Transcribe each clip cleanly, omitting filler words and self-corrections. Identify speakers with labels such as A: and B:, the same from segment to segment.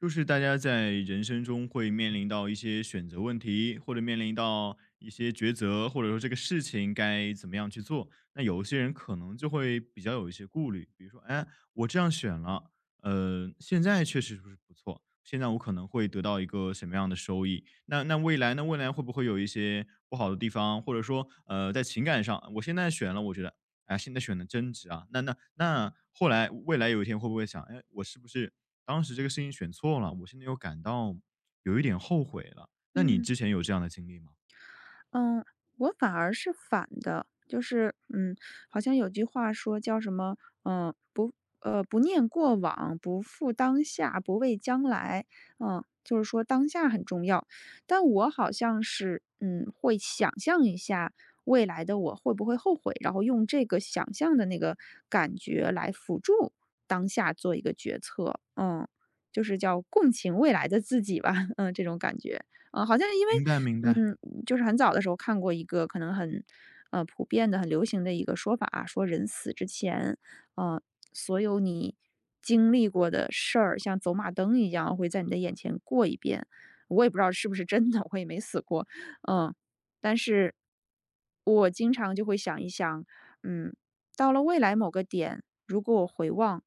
A: 就是大家在人生中会面临到一些选择问题，或者面临到一些抉择，或者说这个事情该怎么样去做。那有一些人可能就会比较有一些顾虑，比如说，哎，我这样选了，现在确实是不错，现在我可能会得到一个什么样的收益？那那未来呢？未来会不会有一些不好的地方？或者说，在情感上，我现在选了，我觉得，哎，现在选的真值啊。那后来未来有一天会不会想，哎，我是不是？当时这个事情选错了，我现在又感到有一点后悔了。那你
B: 嗯
A: 之前有这样的经历吗？
B: 嗯，我反而是反的，就是好像有句话说叫什么，嗯，不不念过往，不负当下，不畏将来，就是说当下很重要。但我好像是会想象一下未来的我会不会后悔，然后用这个想象的那个感觉来辅助当下做一个决策，就是叫共情未来的自己吧，这种感觉。好像因为，
A: 明白，明白，
B: 嗯，就是很早的时候看过一个可能很，普遍的、很流行的一个说法啊，说人死之前，呃，所有你经历过的事儿，像走马灯一样会在你的眼前过一遍。我也不知道是不是真的，我也没死过，嗯，但是我经常就会想一想，嗯，到了未来某个点，如果我回望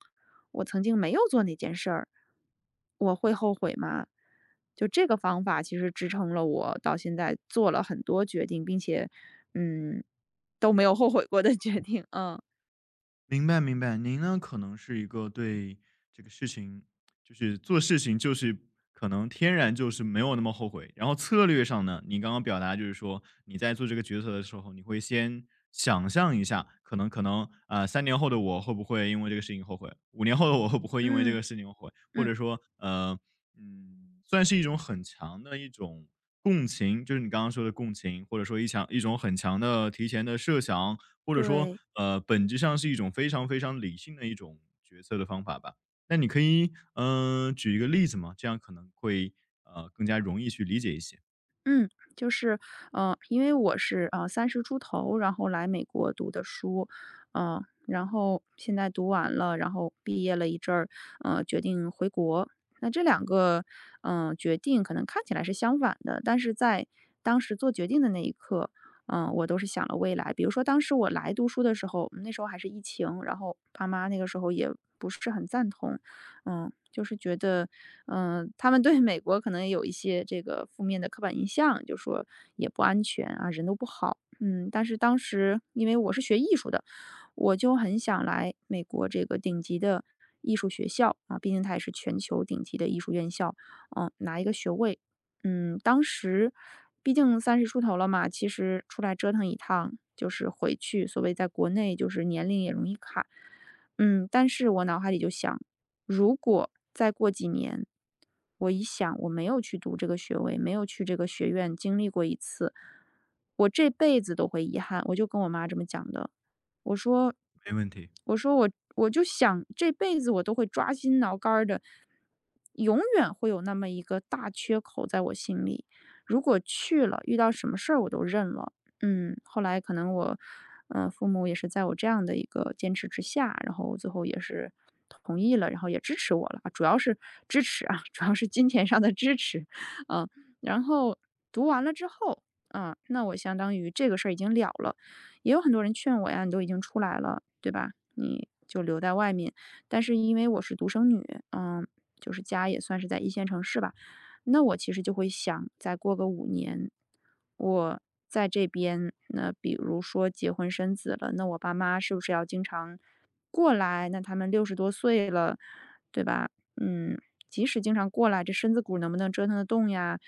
B: 我曾经没有做那件事儿，我会后悔吗？就这个方法其实支撑了我到现在做了很多决定，并且，嗯，都没有后悔过的决定，
A: 明白，明白。您呢，可能是一个对这个事情就是做事情就是可能天然就是没有那么后悔。然后策略上呢，你刚刚表达就是说你在做这个决策的时候，你会先想象一下，可能3后的我会不会因为这个事情后悔，5后的我会不会因为这
B: 嗯，
A: 个事情后悔，或
B: 嗯，
A: 者说呃嗯，算是一种很强的一种。共情就是你刚刚说的共情，或者说一种很强的提前的设想，或者说
B: 对。
A: 本质上是一种非常非常理性的一种决策的方法吧。那你可以，嗯、举一个例子吗？这样可能会更加容易去理解一些。
B: 嗯，就是，因为我是三十出头，然后来美国读的书，然后现在读完了，然后毕业了一阵儿，决定回国。那这两个，决定可能看起来是相反的，但是在当时做决定的那一刻，我都是想了未来。比如说当时我来读书的时候，那时候还是疫情，然后爸妈那个时候也不是很赞同，就是觉得，他们对美国可能也有一些这个负面的刻板印象，就说也不安全啊，人都不好。嗯，但是当时因为我是学艺术的，我就很想来美国这个顶级的艺术学校啊，毕竟它也是全球顶级的艺术院校，拿一个学位。当时毕竟三十出头了嘛，其实出来折腾一趟，就是回去，所谓在国内就是年龄也容易卡。但是我脑海里就想，如果再过几年，我一想我没有去读这个学位，没有去这个学院经历过一次，我这辈子都会遗憾。我就跟我妈这么讲的，我说
A: 没问题，
B: 我说我就想这辈子我都会抓心挠肝儿的，永远会有那么一个大缺口在我心里。如果去了，遇到什么事儿我都认了。后来可能我，父母也是在我这样的一个坚持之下，然后最后也是同意了，然后也支持我了，主要是支持啊，主要是金钱上的支持，嗯、然后读完了之后，啊、那我相当于这个事儿已经了了，也有很多人劝我呀，你都已经出来了，对吧？你就留在外面。但是因为我是独生女，嗯，就是家也算是在一线城市吧，那我其实就会想，再过个五年，我在这边，那比如说结婚生子了，那我爸妈是不是要经常过来？那他们六十多岁了，对吧？嗯，即使经常过来，这身子骨能不能折腾得动呀？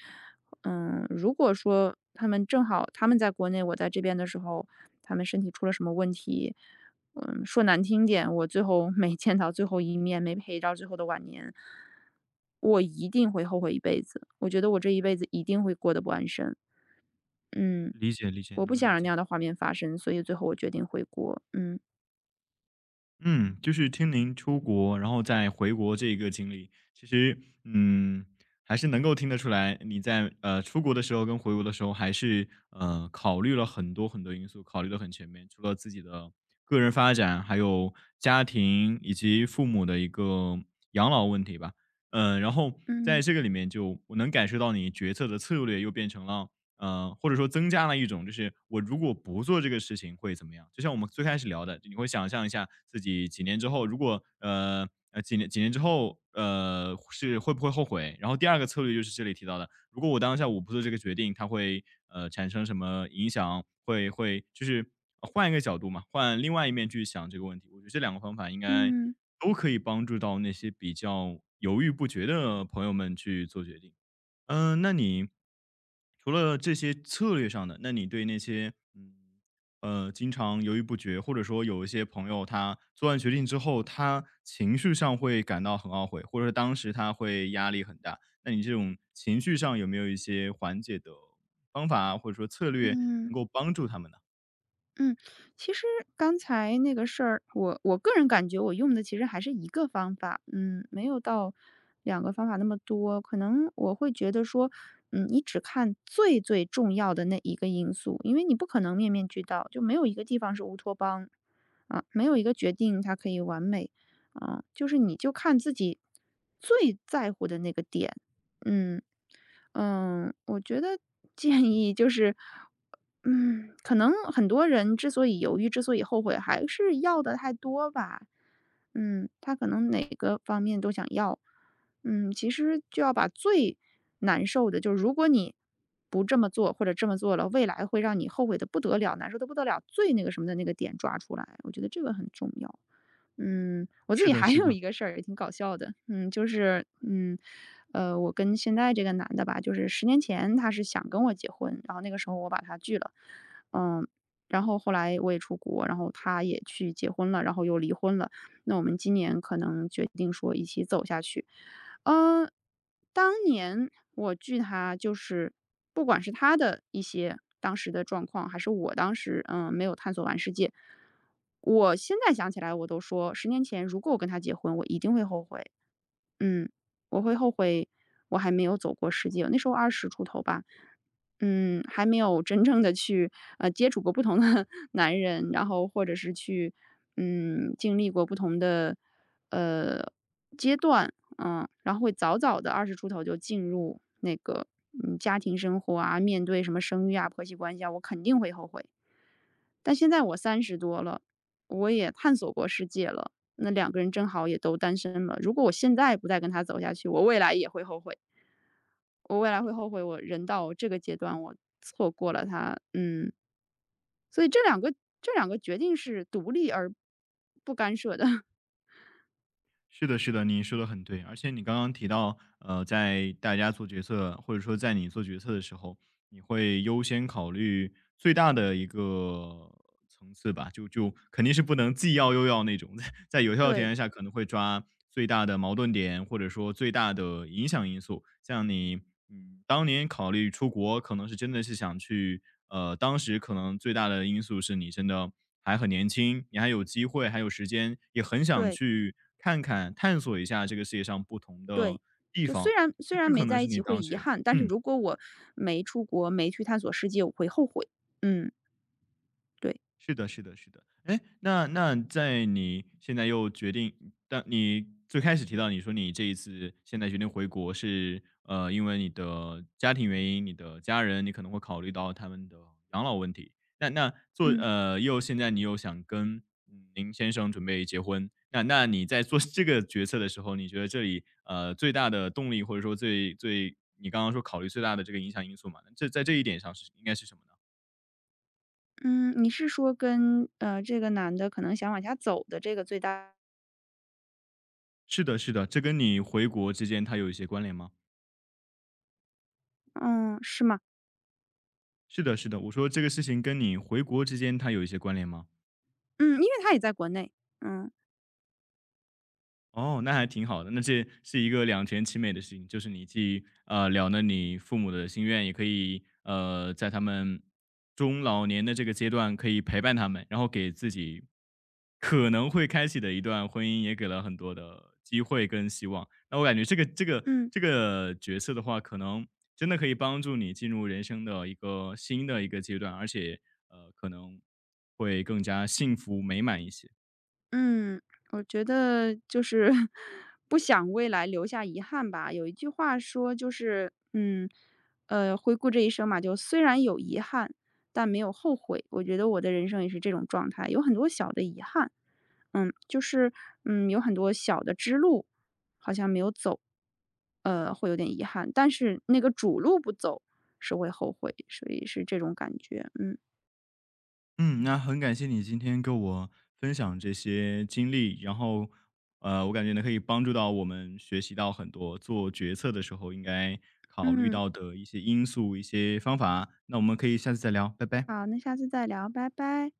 B: 如果说他们正好他们在国内，我在这边的时候，他们身体出了什么问题，说难听点，我最后没 见到最后一面，没陪到最后的晚年，我一定会后悔一辈子。我觉得我这一辈子一定会过得不安生。嗯，
A: 理解理解，
B: 我不
A: 能
B: 想
A: 理
B: 让那
A: 解。
B: 样的画面发生，所以最后我决定回国。嗯
A: 嗯，就是听您出国，然后再回国这个经历，其实，嗯，还是能够听得出来，你在出国的时候跟回国的时候，还是考虑了很多很多因素，考虑的很全面，除了自己的个人发展，还有家庭以及父母的一个养老问题吧。嗯、然后在
B: 嗯
A: 这个里面就我能感受到你决策的策略又变成了或者说增加了一种就是我如果不做这个事情会怎么样？就像我们最开始聊的，你会想象一下自己几年之后，如果几年之后，是会不会后悔？然后第二个策略就是这里提到的，如果我当下我不做这个决定，它会产生什么影响？会就是换一个角度嘛，换另外一面去想这个问题。我觉得这两个方法应该
B: 嗯
A: 都可以帮助到那些比较犹豫不决的朋友们去做决定。嗯，那你除了这些策略上的，那你对那些经常犹豫不决，或者说有一些朋友他做完决定之后，他情绪上会感到很懊悔，或者说当时他会压力很大，那你这种情绪上有没有一些缓解的方法啊或者说策略能
B: 嗯。
A: 够帮助他们呢？
B: 嗯，其实刚才那个事儿，我个人感觉我用的其实还是一个方法，没有到两个方法那么多。可能我会觉得说，你只看最最重要的那一个因素，因为你不可能面面俱到，就没有一个地方是乌托邦啊，没有一个决定它可以完美啊，就是你就看自己最在乎的那个点，嗯。我觉得建议就是可能很多人之所以犹豫，之所以后悔，还是要的太多吧。他可能哪个方面都想要。其实就要把最难受的，就是如果你不这么做，或者这么做了，未来会让你后悔的不得了，难受的不得了，最那个什么的那个点抓出来，我觉得这个很重要。我自
A: 是
B: 己
A: 的，
B: 还
A: 是
B: 有
A: 的，
B: 一个事儿也挺搞笑的，就是，我跟现在这个男的吧，就是十年前他是想跟我结婚，然后那个时候我把他拒了，嗯，然后后来我也出国，然后他也去结婚了，然后又离婚了，那我们今年可能决定说一起走下去，嗯，当年我拒他，就是不管是他的一些当时的状况，还是我当时没有探索完世界。我现在想起来我都说十年前如果我跟他结婚，我一定会后悔。嗯，我会后悔我还没有走过世界，那时候二十出头吧，还没有真正的去，接触过不同的 男人，然后或者是去，经历过不同的，呃，阶段，然后会早早的二十出头就进入那个，家庭生活啊，面对什么生育啊、婆媳关系啊，我肯定会后悔。但现在我三十多了，我也探索过世界了，那两个人正好也都单身了。如果我现在不再跟他走下去，我未来也会后悔。我未来会后悔，我人到这个阶段，我错过了他。嗯，所以这两个决定是独立而不干涉的。
A: 是的，是的，你说的很对。而且你刚刚提到，呃，在大家做决策，或者说在你做决策的时候，你会优先考虑最大的一个层次吧，就肯定是不能既要又要那种，在在有效的条
B: 对
A: 件下可能会抓最大的矛盾点，或者说最大的影响因素。像你，嗯，当年考虑出国，可能是真的是想去，呃，当时可能最大的因素是你真的还很年轻，你还有机会，还有时间，也很想
B: 对
A: 去看看、探索一下这个世界上不同的
B: 对，
A: 地
B: 就虽
A: 方，
B: 然虽
A: 这
B: 然
A: 这
B: 没
A: 可能
B: 在一
A: 是你
B: 起会
A: 当
B: 遗
A: 时
B: 憾，但是
A: 嗯。
B: 如果我没出国，没去探索世界，我会后悔。嗯，对。
A: 是的，是的，是的。哎，那在你现在又决定，但你最开始提到你说你这一次现在决定回国是，呃，因为你的家庭原因，你的家人，你可能会考虑到他们的养老问题。那那做
B: 嗯。
A: 呃，又现在你又想跟嗯您先生准备结婚，那你在做 这个决策的时候，你觉得这里最大的动力，或者说最你刚刚说考虑最大的这个影响因素嘛？那这在这一点上是应该是什么？呢？
B: 嗯，你是说跟，这个男的可能想往下走的这个最大
A: 是的，是的，这跟你回国之间它有一些关联吗？
B: 嗯，是吗？
A: 是的，是的，我说这个事情跟你回国之间它有一些关联吗？
B: 嗯，因为他也在国内，嗯，
A: 哦，那还挺好的，那这是一个两全其美的事情，就是你既，呃，了你父母的心愿，也可以，呃，在他们中老年的这个阶段可以陪伴他们，然后给自己可能会开启的一段婚姻也给了很多的机会跟希望。那我感觉这个这个
B: 嗯。
A: 这个角色的话，可能真的可以帮助你进入人生的一个新的一个阶段，而且，呃，可能会更加幸福美满一些。
B: 嗯，我觉得就是 不想未来留下遗憾吧。有一句话说，就是回顾这一生嘛，就虽然有遗憾，但没有后悔。我觉得我的人生也是这种状态，有很多小的遗憾，就是有很多小的支路好像没有走，会有点遗憾。但是那个主路不走是会后悔，所以是这种感觉。嗯
A: 嗯，那很感谢你今天跟我分享这些经历，然后，呃，我感觉呢可以帮助到我们学习到很多做决策的时候应该考虑
B: 嗯，
A: 到的一些因素、一些方法。那我们可以下次再聊，拜拜。
B: 好，那下次再聊，拜拜。